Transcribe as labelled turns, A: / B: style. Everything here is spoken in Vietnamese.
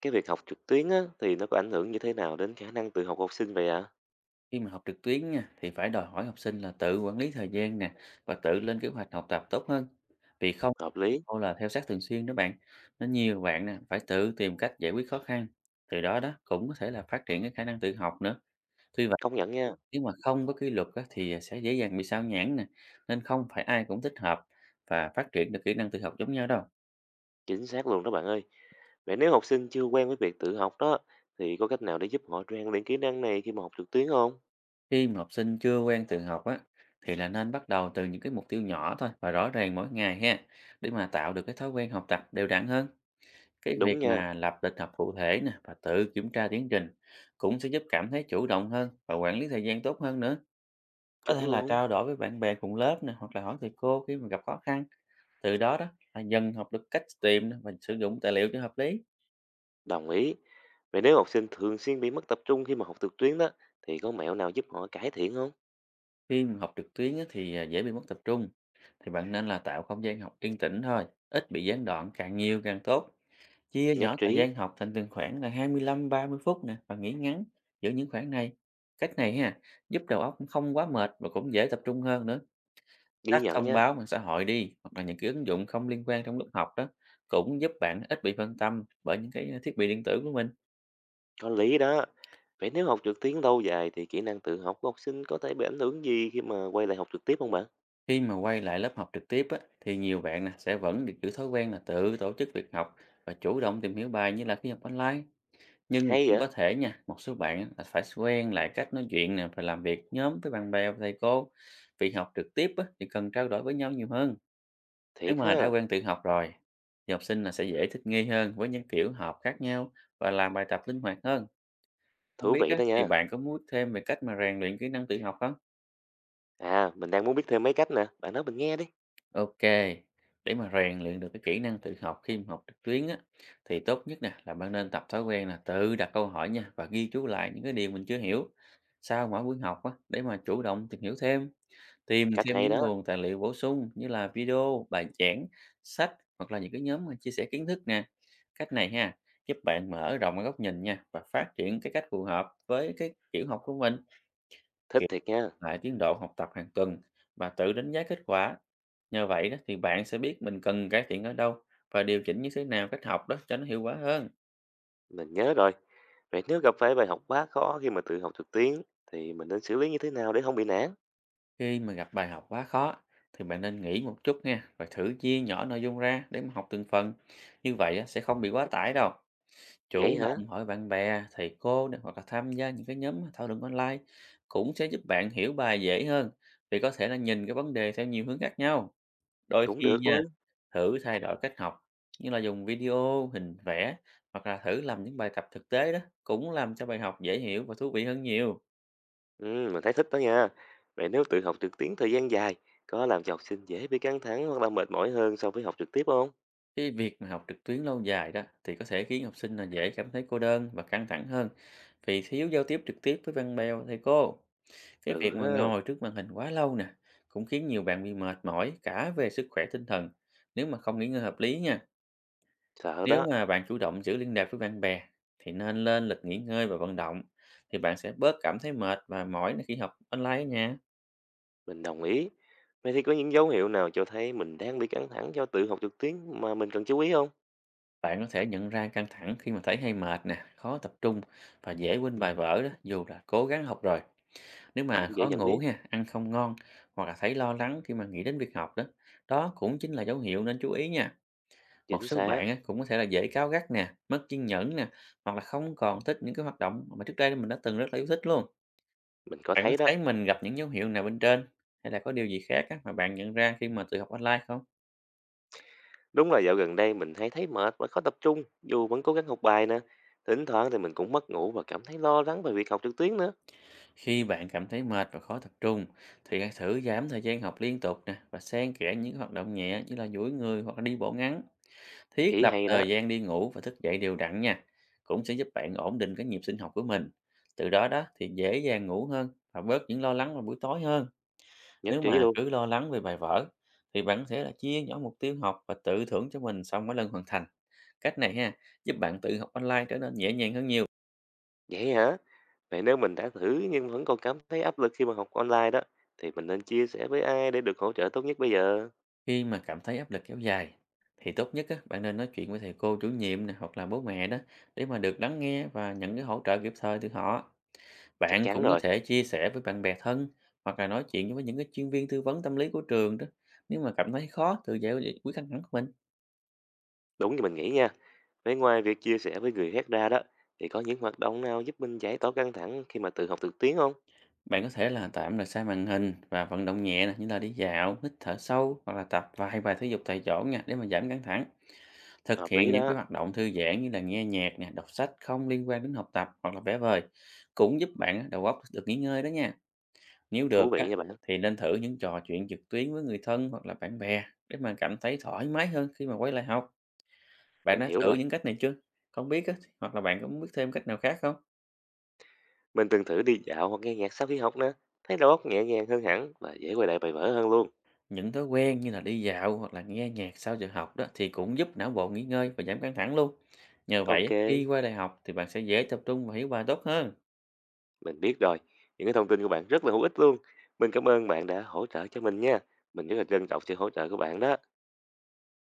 A: Cái việc học trực tuyến á, thì nó có ảnh hưởng như thế nào đến khả năng tự học của học sinh vậy ạ?
B: Khi mà học trực tuyến nha, thì phải đòi hỏi học sinh là tự quản lý thời gian nè và tự lên kế hoạch học tập tốt hơn. Vì không
A: Hợp lý,
B: cô là theo sát thường xuyên đó bạn. Nên nhiều bạn nè phải tự tìm cách giải quyết khó khăn. Từ đó đó cũng có thể là phát triển cái khả năng tự học nữa. Tuy vậy,
A: công nhận nha,
B: nếu mà không có kỷ luật á, thì sẽ dễ dàng bị sao nhãng nè. Nên không phải ai cũng thích hợp và phát triển được kỹ năng tự học giống nhau đâu.
A: chính xác luôn đó bạn ơi. Vậy nếu học sinh chưa quen với việc tự học đó, thì có cách nào để giúp họ rèn luyện kỹ năng này khi mà học trực tuyến không?
B: Khi mà học sinh chưa quen tự học á, thì là nên bắt đầu từ những cái mục tiêu nhỏ thôi và rõ ràng mỗi ngày ha, để mà tạo được cái thói quen học tập đều đặn hơn. Cái việc
A: Đúng nha,
B: mà lập lịch học cụ thể nè và tự kiểm tra tiến trình cũng sẽ giúp cảm thấy chủ động hơn và quản lý thời gian tốt hơn nữa. Có
A: chuẩn
B: thể là
A: luôn,
B: trao đổi với bạn bè cùng lớp nè, hoặc là hỏi thầy cô khi mà gặp khó khăn. Từ đó đó là dần học được cách tìm và sử dụng tài liệu cho hợp lý.
A: đồng ý. Vậy nếu học sinh thường xuyên bị mất tập trung khi mà học trực tuyến đó, thì có mẹo nào giúp họ cải thiện không?
B: Khi mà học trực tuyến á thì dễ bị mất tập trung. Thì bạn nên là tạo không gian học yên tĩnh thôi, ít bị gián đoạn càng nhiều càng tốt. Chia
A: Nhất
B: nhỏ thời
A: trí,
B: gian học thành từng khoảng là 25-30 phút nè và nghỉ ngắn giữa những khoảng này. Cách này ha, giúp đầu óc không quá mệt và cũng dễ tập trung hơn nữa. Tắt
A: ghi nhận
B: thông
A: nha,
B: báo mạng xã hội đi, hoặc là những cái ứng dụng không liên quan trong lúc học đó, cũng giúp bạn ít bị phân tâm bởi những cái thiết bị điện tử của mình.
A: có lý đó. Vậy nếu học trực tuyến lâu dài thì kỹ năng tự học của học sinh có thể bị ảnh hưởng gì khi mà quay lại học trực tiếp không bạn?
B: Khi mà quay lại lớp học trực tiếp á, thì nhiều bạn nè sẽ vẫn được giữ thói quen là tự tổ chức việc học và chủ động tìm hiểu bài như là khi học online. Nhưng mà
A: Hay
B: cũng
A: vậy?
B: có thể nha, một số bạn á là phải quen lại cách nói chuyện nè, phải làm việc nhóm với bạn bè và thầy cô. Vì học trực tiếp á, thì cần trao đổi với nhau nhiều hơn. Nếu
A: Thiệt
B: mà đã
A: ha.
B: quen tự học rồi, thì học sinh là sẽ dễ thích nghi hơn với những kiểu học khác nhau và làm bài tập linh hoạt hơn. Không
A: Thú
B: biết
A: vị
B: á,
A: đó
B: thì
A: nha.
B: bạn có muốn thêm về cách mà rèn luyện kỹ năng tự học không?
A: À, mình đang muốn biết thêm mấy cách nè, bạn nói mình nghe đi.
B: Ok, để mà rèn luyện được cái kỹ năng tự học khi mà học trực tuyến á, thì tốt nhất nè là bạn nên tập thói quen là tự đặt câu hỏi nha, và ghi chú lại những cái điều mình chưa hiểu sau mỗi buổi học á, để mà chủ động tìm hiểu thêm, tìm
A: Cách
B: thêm
A: hay
B: những
A: đó,
B: nguồn tài liệu bổ sung như là video, bài giảng, sách, hoặc là những cái nhóm mà chia sẻ kiến thức nè. Cách này ha, giúp bạn mở rộng cái góc nhìn nha, và phát triển cái cách phù hợp với cái kiểu học của mình
A: thích thiệt nha.
B: lại tiến độ học tập hàng tuần và tự đánh giá kết quả. Nhờ vậy đó thì bạn sẽ biết mình cần cải thiện ở đâu và điều chỉnh như thế nào cách học đó cho nó hiệu quả hơn.
A: Mình nhớ rồi. Vậy nếu gặp phải bài học quá khó khi mà tự học trực tuyến thì mình nên xử lý như thế nào để không bị nản?
B: Khi mà gặp bài học quá khó thì bạn nên nghỉ một chút nha, và thử chia nhỏ nội dung ra để mà học từng phần. Như vậy á, sẽ không bị quá tải đâu.
A: Vậy
B: Chủ
A: hả?
B: động hỏi bạn bè, thầy cô nè, hoặc là tham gia những cái nhóm thảo luận online cũng sẽ giúp bạn hiểu bài dễ hơn, vì có thể là nhìn cái vấn đề theo nhiều hướng khác nhau. Đôi
A: Cũng
B: khi
A: được
B: nha,
A: luôn.
B: thử thay đổi cách học như là dùng video, hình vẽ, hoặc là thử làm những bài tập thực tế đó cũng làm cho bài học dễ hiểu và thú vị hơn nhiều.
A: Ừ, mình thấy thích đó nha. Vậy nếu tự học trực tuyến thời gian dài có làm cho học sinh dễ bị căng thẳng hoặc là mệt mỏi hơn so với học trực tiếp không?
B: Cái việc mà học trực tuyến lâu dài đó thì có thể khiến học sinh là dễ cảm thấy cô đơn và căng thẳng hơn, vì thiếu giao tiếp trực tiếp với bạn bè và thầy cô. Cái
A: Ừ
B: việc mà
A: ha,
B: ngồi trước màn hình quá lâu nè cũng khiến nhiều bạn bị mệt mỏi cả về sức khỏe tinh thần, nếu mà không nghỉ ngơi hợp lý nha.
A: sợ
B: Nếu
A: đó.
B: mà bạn chủ động giữ liên lạc với bạn bè thì nên lên lịch nghỉ ngơi và vận động, thì bạn sẽ bớt cảm thấy mệt và mỏi khi học online ở nhà.
A: Mình đồng ý. Vậy thì có những dấu hiệu nào cho thấy mình đang bị căng thẳng do tự học trực tuyến mà mình cần chú ý không?
B: Bạn có thể nhận ra căng thẳng khi mà thấy hay mệt nè, khó tập trung và dễ quên bài vở đó, dù là cố gắng học rồi. Nếu mà
A: Cũng dễ
B: khó
A: nhận
B: ngủ
A: biết.
B: ha, ăn không ngon, hoặc là thấy lo lắng khi mà nghĩ đến việc học đó, đó cũng chính là dấu hiệu nên chú ý nha. Một
A: Chính
B: số
A: xác.
B: bạn á, cũng có thể là dễ cáu gắt nè, mất kiên nhẫn nè, hoặc là không còn thích những cái hoạt động mà trước đây mình đã từng rất là yêu thích luôn.
A: Mình có
B: Bạn có
A: thấy đó,
B: thấy mình gặp những dấu hiệu nào bên trên, hay là có điều gì khác á mà bạn nhận ra khi mà tự học online không?
A: đúng là dạo gần đây mình hay thấy mệt và khó tập trung, dù vẫn cố gắng học bài nè. Thỉnh thoảng thì mình cũng mất ngủ và cảm thấy lo lắng về việc học trực tuyến nữa.
B: Khi bạn cảm thấy mệt và khó tập trung, thì hãy thử giảm thời gian học liên tục nè, và xen kẽ những hoạt động nhẹ như là duỗi người hoặc là đi bộ ngắn. Thiết
A: Ý
B: lập
A: hay đó,
B: thời gian đi ngủ và thức dậy đều đặn nha, cũng sẽ giúp bạn ổn định cái nhịp sinh học của mình. Từ đó đó thì dễ dàng ngủ hơn và bớt những lo lắng vào buổi tối hơn.
A: nhất
B: Nếu
A: trí
B: mà
A: luôn.
B: cứ lo lắng về bài vở thì bạn có thể là chia nhỏ mục tiêu học và tự thưởng cho mình sau mỗi lần hoàn thành. Cách này ha, giúp bạn tự học online trở nên nhẹ nhàng hơn nhiều.
A: Vậy hả? Vậy nếu mình đã thử nhưng vẫn còn cảm thấy áp lực khi mà học online đó, thì mình nên chia sẻ với ai để được hỗ trợ tốt nhất bây giờ?
B: Khi mà cảm thấy áp lực kéo dài thì tốt nhất á, bạn nên nói chuyện với thầy cô chủ nhiệm này, hoặc là bố mẹ đó, để mà được lắng nghe và nhận cái hỗ trợ kịp thời từ họ.
A: Chắc
B: Bạn
A: chắn
B: cũng có
A: rồi,
B: thể chia sẻ với bạn bè thân, hoặc là nói chuyện với những cái chuyên viên tư vấn tâm lý của trường đó, nếu mà cảm thấy khó tự giải quyết căng thẳng của mình.
A: đúng như mình nghĩ nha. Với ngoài việc chia sẻ với người khác ra đó, thì có những hoạt động nào giúp mình giải tỏa căng thẳng khi mà tự học trực tuyến không?
B: Bạn có thể là tạm rời xa màn hình và vận động nhẹ nè, như là đi dạo, hít thở sâu, hoặc là tập vài bài thể dục tại chỗ nha, để mà giảm căng thẳng. Thực
A: Hợp
B: hiện
A: lý
B: những cái
A: đó,
B: hoạt động thư giãn như là nghe nhạc nè, đọc sách không liên quan đến học tập, hoặc là vẽ vời cũng giúp bạn á, đầu óc được nghỉ ngơi đó nha. Nếu được
A: thú
B: á,
A: vị nha bạn,
B: thì nên thử những trò chuyện trực tuyến với người thân hoặc là bạn bè, để mà cảm thấy thoải mái hơn khi mà quay lại học. Bạn
A: mình
B: đã
A: hiểu
B: thử
A: rồi.
B: những cách này chưa? Không biết á, hoặc là bạn có biết thêm cách nào khác không?
A: Mình từng thử đi dạo hoặc nghe nhạc sau khi học nữa, thấy đầu óc nhẹ nhàng hơn hẳn và dễ quay lại bài vở hơn luôn.
B: Những thói quen như là đi dạo hoặc là nghe nhạc sau giờ học đó thì cũng giúp não bộ nghỉ ngơi và giảm căng thẳng luôn. Nhờ
A: Ok,
B: vậy, khi qua đại học thì bạn sẽ dễ tập trung và hiểu bài tốt hơn.
A: mình biết rồi. Những cái thông tin của bạn rất là hữu ích luôn. Mình cảm ơn bạn đã hỗ trợ cho mình nha. Mình rất là trân trọng sự hỗ trợ của bạn đó.